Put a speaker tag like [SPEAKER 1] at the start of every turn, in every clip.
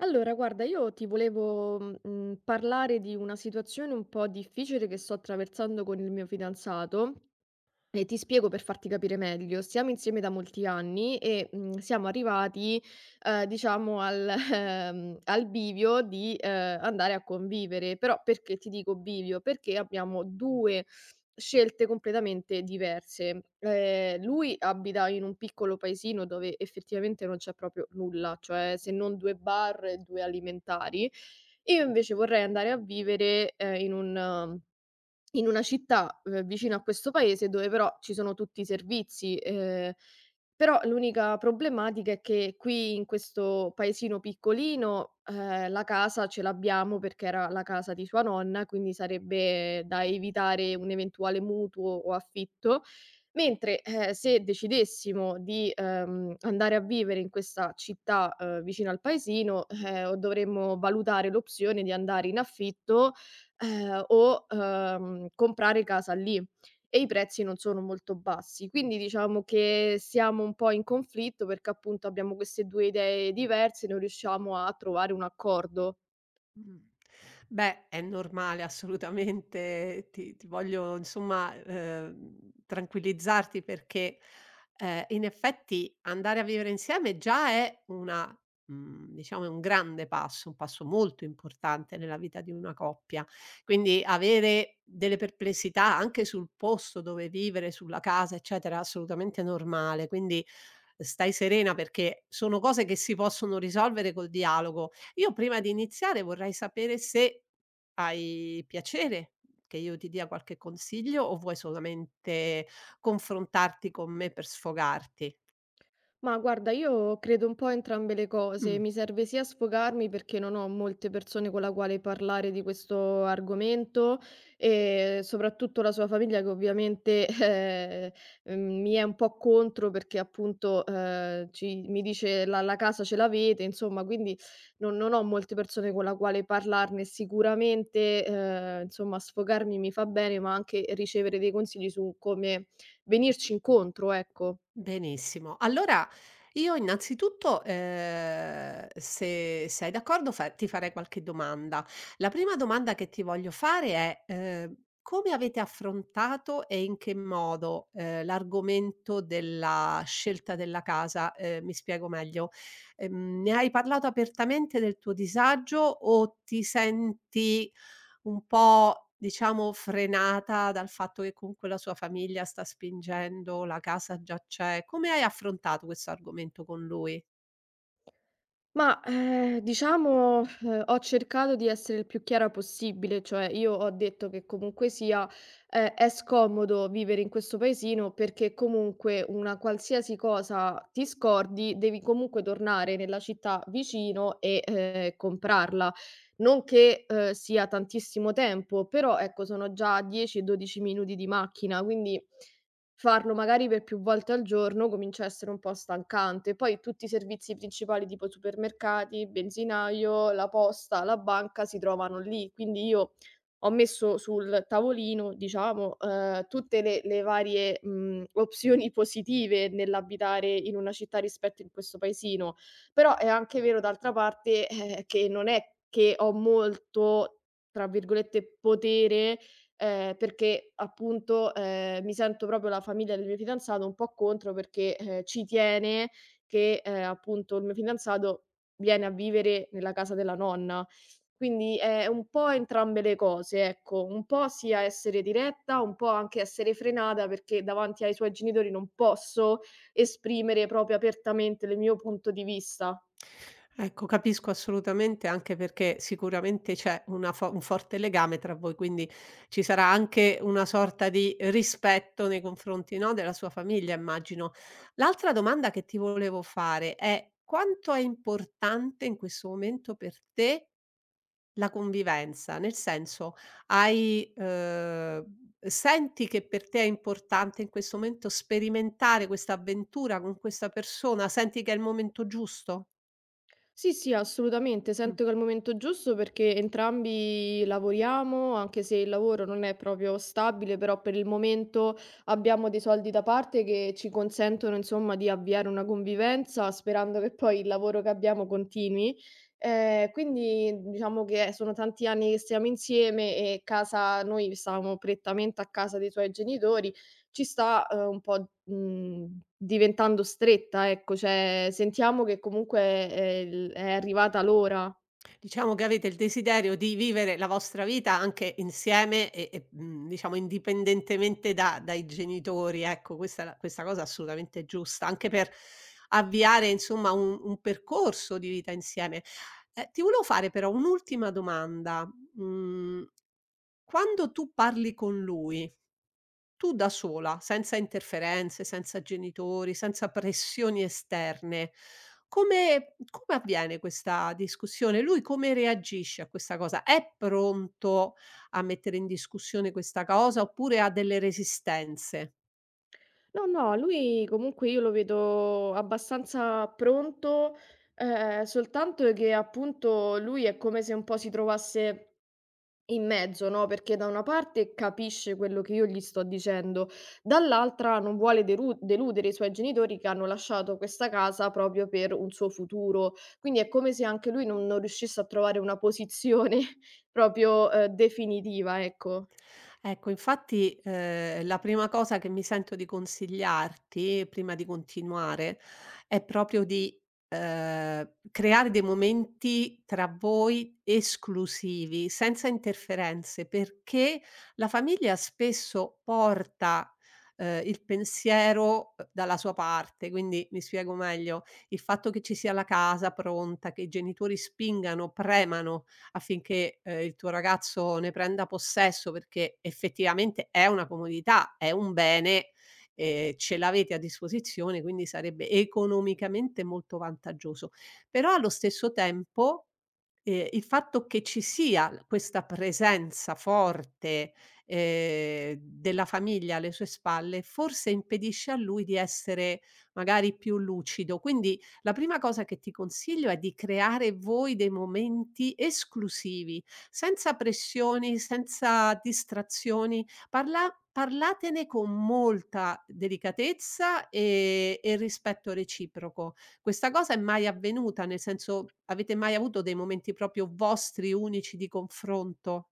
[SPEAKER 1] Allora, guarda, io ti volevo, parlare di una situazione un po' difficile che sto attraversando con il mio fidanzato, e ti spiego per farti capire meglio. Stiamo insieme da molti anni e, siamo arrivati, diciamo al al bivio di, andare a convivere. Però perché ti dico bivio? Perché abbiamo 2 scelte completamente diverse. Lui abita in un piccolo paesino dove effettivamente non c'è proprio nulla, cioè se non 2 bar e 2 alimentari. Io invece vorrei andare a vivere, in un eh, in una città, vicino a questo paese dove però ci sono tutti i servizi, però l'unica problematica è che qui in questo paesino piccolino, la casa ce l'abbiamo perché era la casa di sua nonna, quindi sarebbe da evitare un eventuale mutuo o affitto, mentre, se decidessimo di, andare a vivere in questa città, vicino al paesino, o dovremmo valutare l'opzione di andare in affitto, o, comprare casa lì e i prezzi non sono molto bassi. Quindi diciamo che siamo un po' in conflitto perché appunto abbiamo queste 2 idee diverse, non riusciamo a trovare un accordo.
[SPEAKER 2] Mh. Beh, è normale assolutamente. Ti voglio insomma, tranquillizzarti perché, in effetti andare a vivere insieme già è una diciamo è un grande passo, un passo molto importante nella vita di una coppia. Quindi avere delle perplessità anche sul posto dove vivere, sulla casa, eccetera, è assolutamente normale. Quindi stai serena perché sono cose che si possono risolvere col dialogo. Io prima di iniziare vorrei sapere se hai piacere che io ti dia qualche consiglio o vuoi solamente confrontarti con me per sfogarti?
[SPEAKER 1] Ma guarda, io credo un po' a entrambe le cose.
[SPEAKER 2] Mh.
[SPEAKER 1] Mi serve sia sfogarmi perché non ho molte persone con la quale parlare di questo argomento e soprattutto la sua famiglia che ovviamente mi è un po' contro perché appunto mi dice la casa ce l'avete, insomma, quindi non ho molte persone con la quale parlarne. Sicuramente, insomma, sfogarmi mi fa bene, ma anche ricevere dei consigli su come venirci incontro, ecco.
[SPEAKER 2] Benissimo. Allora io innanzitutto, se sei d'accordo fa ti farei qualche domanda. La prima domanda che ti voglio fare è: come avete affrontato e in che modo, l'argomento della scelta della casa? Mi spiego meglio: ne hai parlato apertamente del tuo disagio o ti senti un po', diciamo, frenata dal fatto che comunque la sua famiglia sta spingendo, la casa già c'è. Come hai affrontato questo argomento con lui?
[SPEAKER 1] Ma, diciamo, ho cercato di essere il più chiara possibile, cioè io ho detto che comunque sia, è scomodo vivere in questo paesino perché comunque una qualsiasi cosa ti scordi, devi comunque tornare nella città vicino e, comprarla. Non che, sia tantissimo tempo, però ecco sono già 10, 12 minuti di macchina, quindi farlo magari per più volte al giorno comincia a essere un po' stancante. Poi tutti i servizi principali tipo supermercati, benzinaio, la posta, la banca si trovano lì. Quindi io ho messo sul tavolino, diciamo, tutte le varie, opzioni positive nell'abitare in una città rispetto in questo paesino. Però è anche vero d'altra parte, che non è che ho molto, tra virgolette, "potere" perché appunto, mi sento proprio la famiglia del mio fidanzato un po' contro perché, ci tiene che, appunto il mio fidanzato viene a vivere nella casa della nonna. Quindi è un po' entrambe le cose, ecco, un po' sia essere diretta, un po' anche essere frenata perché davanti ai suoi genitori non posso esprimere proprio apertamente il mio punto di vista.
[SPEAKER 2] Ecco, capisco assolutamente, anche perché sicuramente c'è una fo un forte legame tra voi, quindi ci sarà anche una sorta di rispetto nei confronti, no, della sua famiglia, immagino. L'altra domanda che ti volevo fare è: quanto è importante in questo momento per te la convivenza, nel senso hai senti che per te è importante in questo momento sperimentare questa avventura con questa persona? Senti che è il momento giusto?
[SPEAKER 1] Sì, sì, assolutamente.
[SPEAKER 2] Mh.
[SPEAKER 1] Sento che è il momento giusto perché entrambi lavoriamo, anche se il lavoro non è proprio stabile, però per il momento abbiamo dei soldi da parte che ci consentono, insomma, di avviare una convivenza sperando che poi il lavoro che abbiamo continui. Quindi diciamo che sono tanti anni che stiamo insieme e casa, noi stavamo prettamente a casa dei suoi genitori ci sta, un po', diventando stretta, ecco, cioè sentiamo che comunque è arrivata l'ora.
[SPEAKER 2] Diciamo che avete il desiderio di vivere la vostra vita anche insieme e, mhmm, diciamo indipendentemente da dai genitori, ecco, questa cosa è assolutamente giusta, anche per avviare insomma un percorso di vita insieme. Ti volevo fare però un'ultima domanda, mhmm. Quando tu parli con lui, tu da sola, senza interferenze, senza genitori, senza pressioni esterne, come avviene questa discussione? Lui come reagisce a questa cosa? È pronto a mettere in discussione questa cosa oppure ha delle resistenze?
[SPEAKER 1] No, no, lui comunque io lo vedo abbastanza pronto, soltanto che appunto lui è come se un po' si trovasse in mezzo, no, perché da una parte capisce quello che io gli sto dicendo, dall'altra non vuole deru deludere i suoi genitori che hanno lasciato questa casa proprio per un suo futuro. Quindi è come se anche lui non riuscisse a trovare una posizione proprio, definitiva, ecco.
[SPEAKER 2] Ecco, infatti, la prima cosa che mi sento di consigliarti, prima di continuare, è proprio di, creare dei momenti tra voi esclusivi, senza interferenze, perché la famiglia spesso porta, il pensiero, dalla sua parte. Quindi, mi spiego meglio: il fatto che ci sia la casa pronta, che i genitori spingano, premano affinché, il tuo ragazzo ne prenda possesso, perché effettivamente è una comodità, è un bene, ce l'avete a disposizione, quindi sarebbe economicamente molto vantaggioso. Però allo stesso tempo, il fatto che ci sia l questa presenza forte, della famiglia alle sue spalle, forse impedisce a lui di essere magari più lucido. Quindi la prima cosa che ti consiglio è di creare voi dei momenti esclusivi, senza pressioni, senza distrazioni. Parlatene con molta delicatezza e rispetto reciproco. Questa cosa è mai avvenuta? Nel senso, avete mai avuto dei momenti proprio vostri unici di confronto?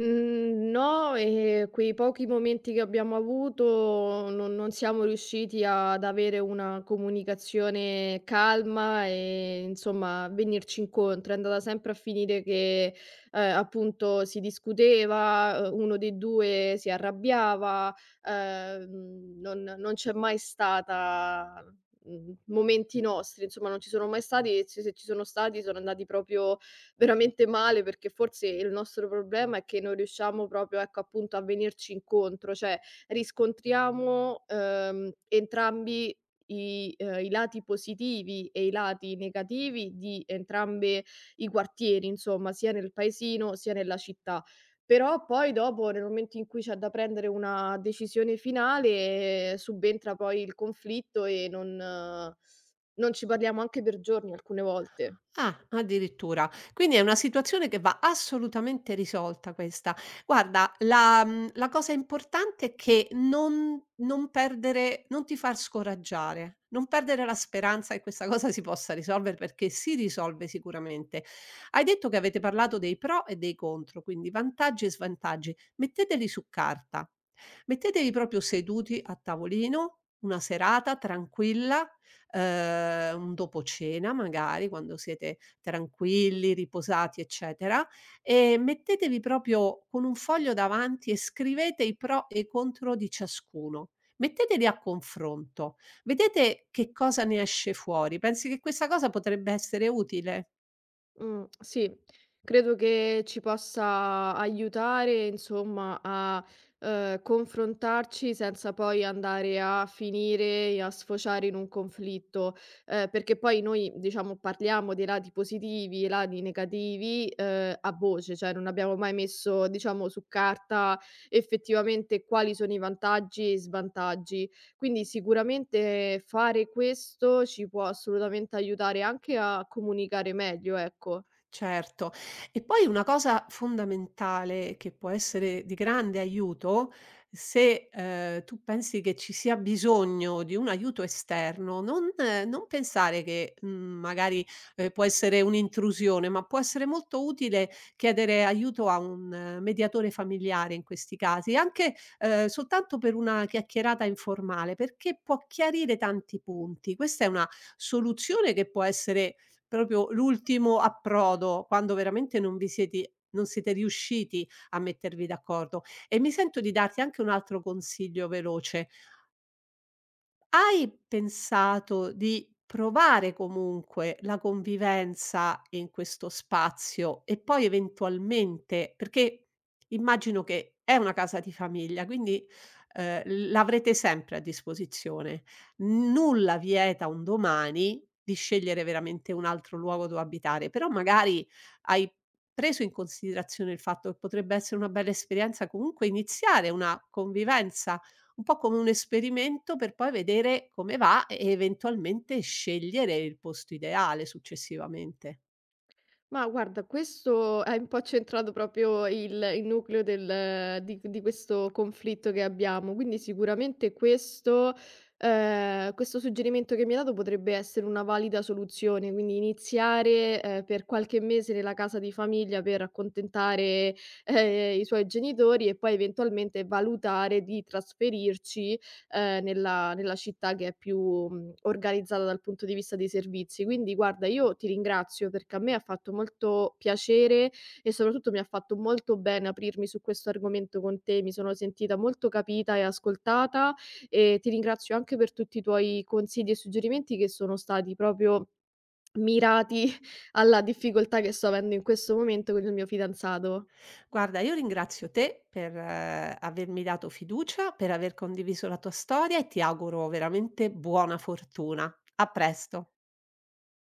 [SPEAKER 1] Mhmm, no, e quei pochi momenti che abbiamo avuto non siamo riusciti ad avere una comunicazione calma e insomma venirci incontro. È andata sempre a finire che, appunto si discuteva, uno dei 2 si arrabbiava, non c'è mai stata, momenti nostri, insomma non ci sono mai stati e ci se ci sono stati sono andati proprio veramente male, perché forse il nostro problema è che non riusciamo proprio, ecco, appunto a venirci incontro, cioè riscontriamo, entrambi i lati positivi e i lati negativi di entrambe i quartieri, insomma, sia nel paesino sia nella città. Però poi dopo, nel momento in cui c'è da prendere una decisione finale, subentra poi il conflitto e non ci parliamo anche per giorni alcune volte.
[SPEAKER 2] Ah, addirittura. Quindi è una situazione che va assolutamente risolta questa. Guarda, la mhmm, la cosa importante è che non ti far scoraggiare, non perdere la speranza che questa cosa si possa risolvere, perché si risolve sicuramente. Hai detto che avete parlato dei pro e dei contro, quindi vantaggi e svantaggi. Metteteli su carta. Mettetevi proprio seduti a tavolino, una serata tranquilla, un dopo cena magari, quando siete tranquilli, riposati, eccetera, e mettetevi proprio con un foglio davanti e scrivete i pro e i contro di ciascuno. Metteteli a confronto, vedete che cosa ne esce fuori. Pensi che questa cosa potrebbe essere utile?
[SPEAKER 1] Sì, credo che ci possa aiutare, insomma, a, confrontarci senza poi andare a finire e a sfociare in un conflitto, perché poi noi, diciamo, parliamo dei lati positivi e lati negativi, a voce, cioè non abbiamo mai messo, diciamo, su carta effettivamente quali sono i vantaggi e i svantaggi. Quindi sicuramente fare questo ci può assolutamente aiutare anche a comunicare meglio, ecco.
[SPEAKER 2] Certo. E poi una cosa fondamentale che può essere di grande aiuto, se, tu pensi che ci sia bisogno di un aiuto esterno, non pensare che, mhmm, magari, può essere un'intrusione, ma può essere molto utile chiedere aiuto a un mediatore familiare in questi casi, anche, soltanto per una chiacchierata informale, perché può chiarire tanti punti. Questa è una soluzione che può essere proprio l'ultimo approdo, quando veramente non siete riusciti a mettervi d'accordo. E mi sento di darti anche un altro consiglio veloce, hai pensato di provare comunque la convivenza in questo spazio e poi eventualmente perché immagino che è una casa di famiglia, quindi, ehm, l'avrete sempre a disposizione. Nulla vieta un domani di scegliere veramente un altro luogo dove abitare, però magari hai preso in considerazione il fatto che potrebbe essere una bella esperienza comunque iniziare una convivenza un po' come un esperimento per poi vedere come va e eventualmente scegliere il posto ideale successivamente.
[SPEAKER 1] Ma guarda, questo hai un po' centrato proprio il nucleo del di questo conflitto che abbiamo, quindi sicuramente questo questo suggerimento che mi hai dato potrebbe essere una valida soluzione, quindi iniziare, per qualche mese nella casa di famiglia per accontentare, i suoi genitori e poi eventualmente valutare di trasferirci nella città che è più, organizzata dal punto di vista dei servizi. Quindi guarda, io ti ringrazio perché a me ha fatto molto piacere e soprattutto mi ha fatto molto bene aprirmi su questo argomento con te, mi sono sentita molto capita e ascoltata e ti ringrazio anche per tutti i tuoi consigli e suggerimenti che sono stati proprio mirati alla difficoltà che sto avendo in questo momento con il mio fidanzato.
[SPEAKER 2] Guarda, io ringrazio te per avermi dato fiducia, per aver condiviso la tua storia e ti auguro veramente buona fortuna. A presto.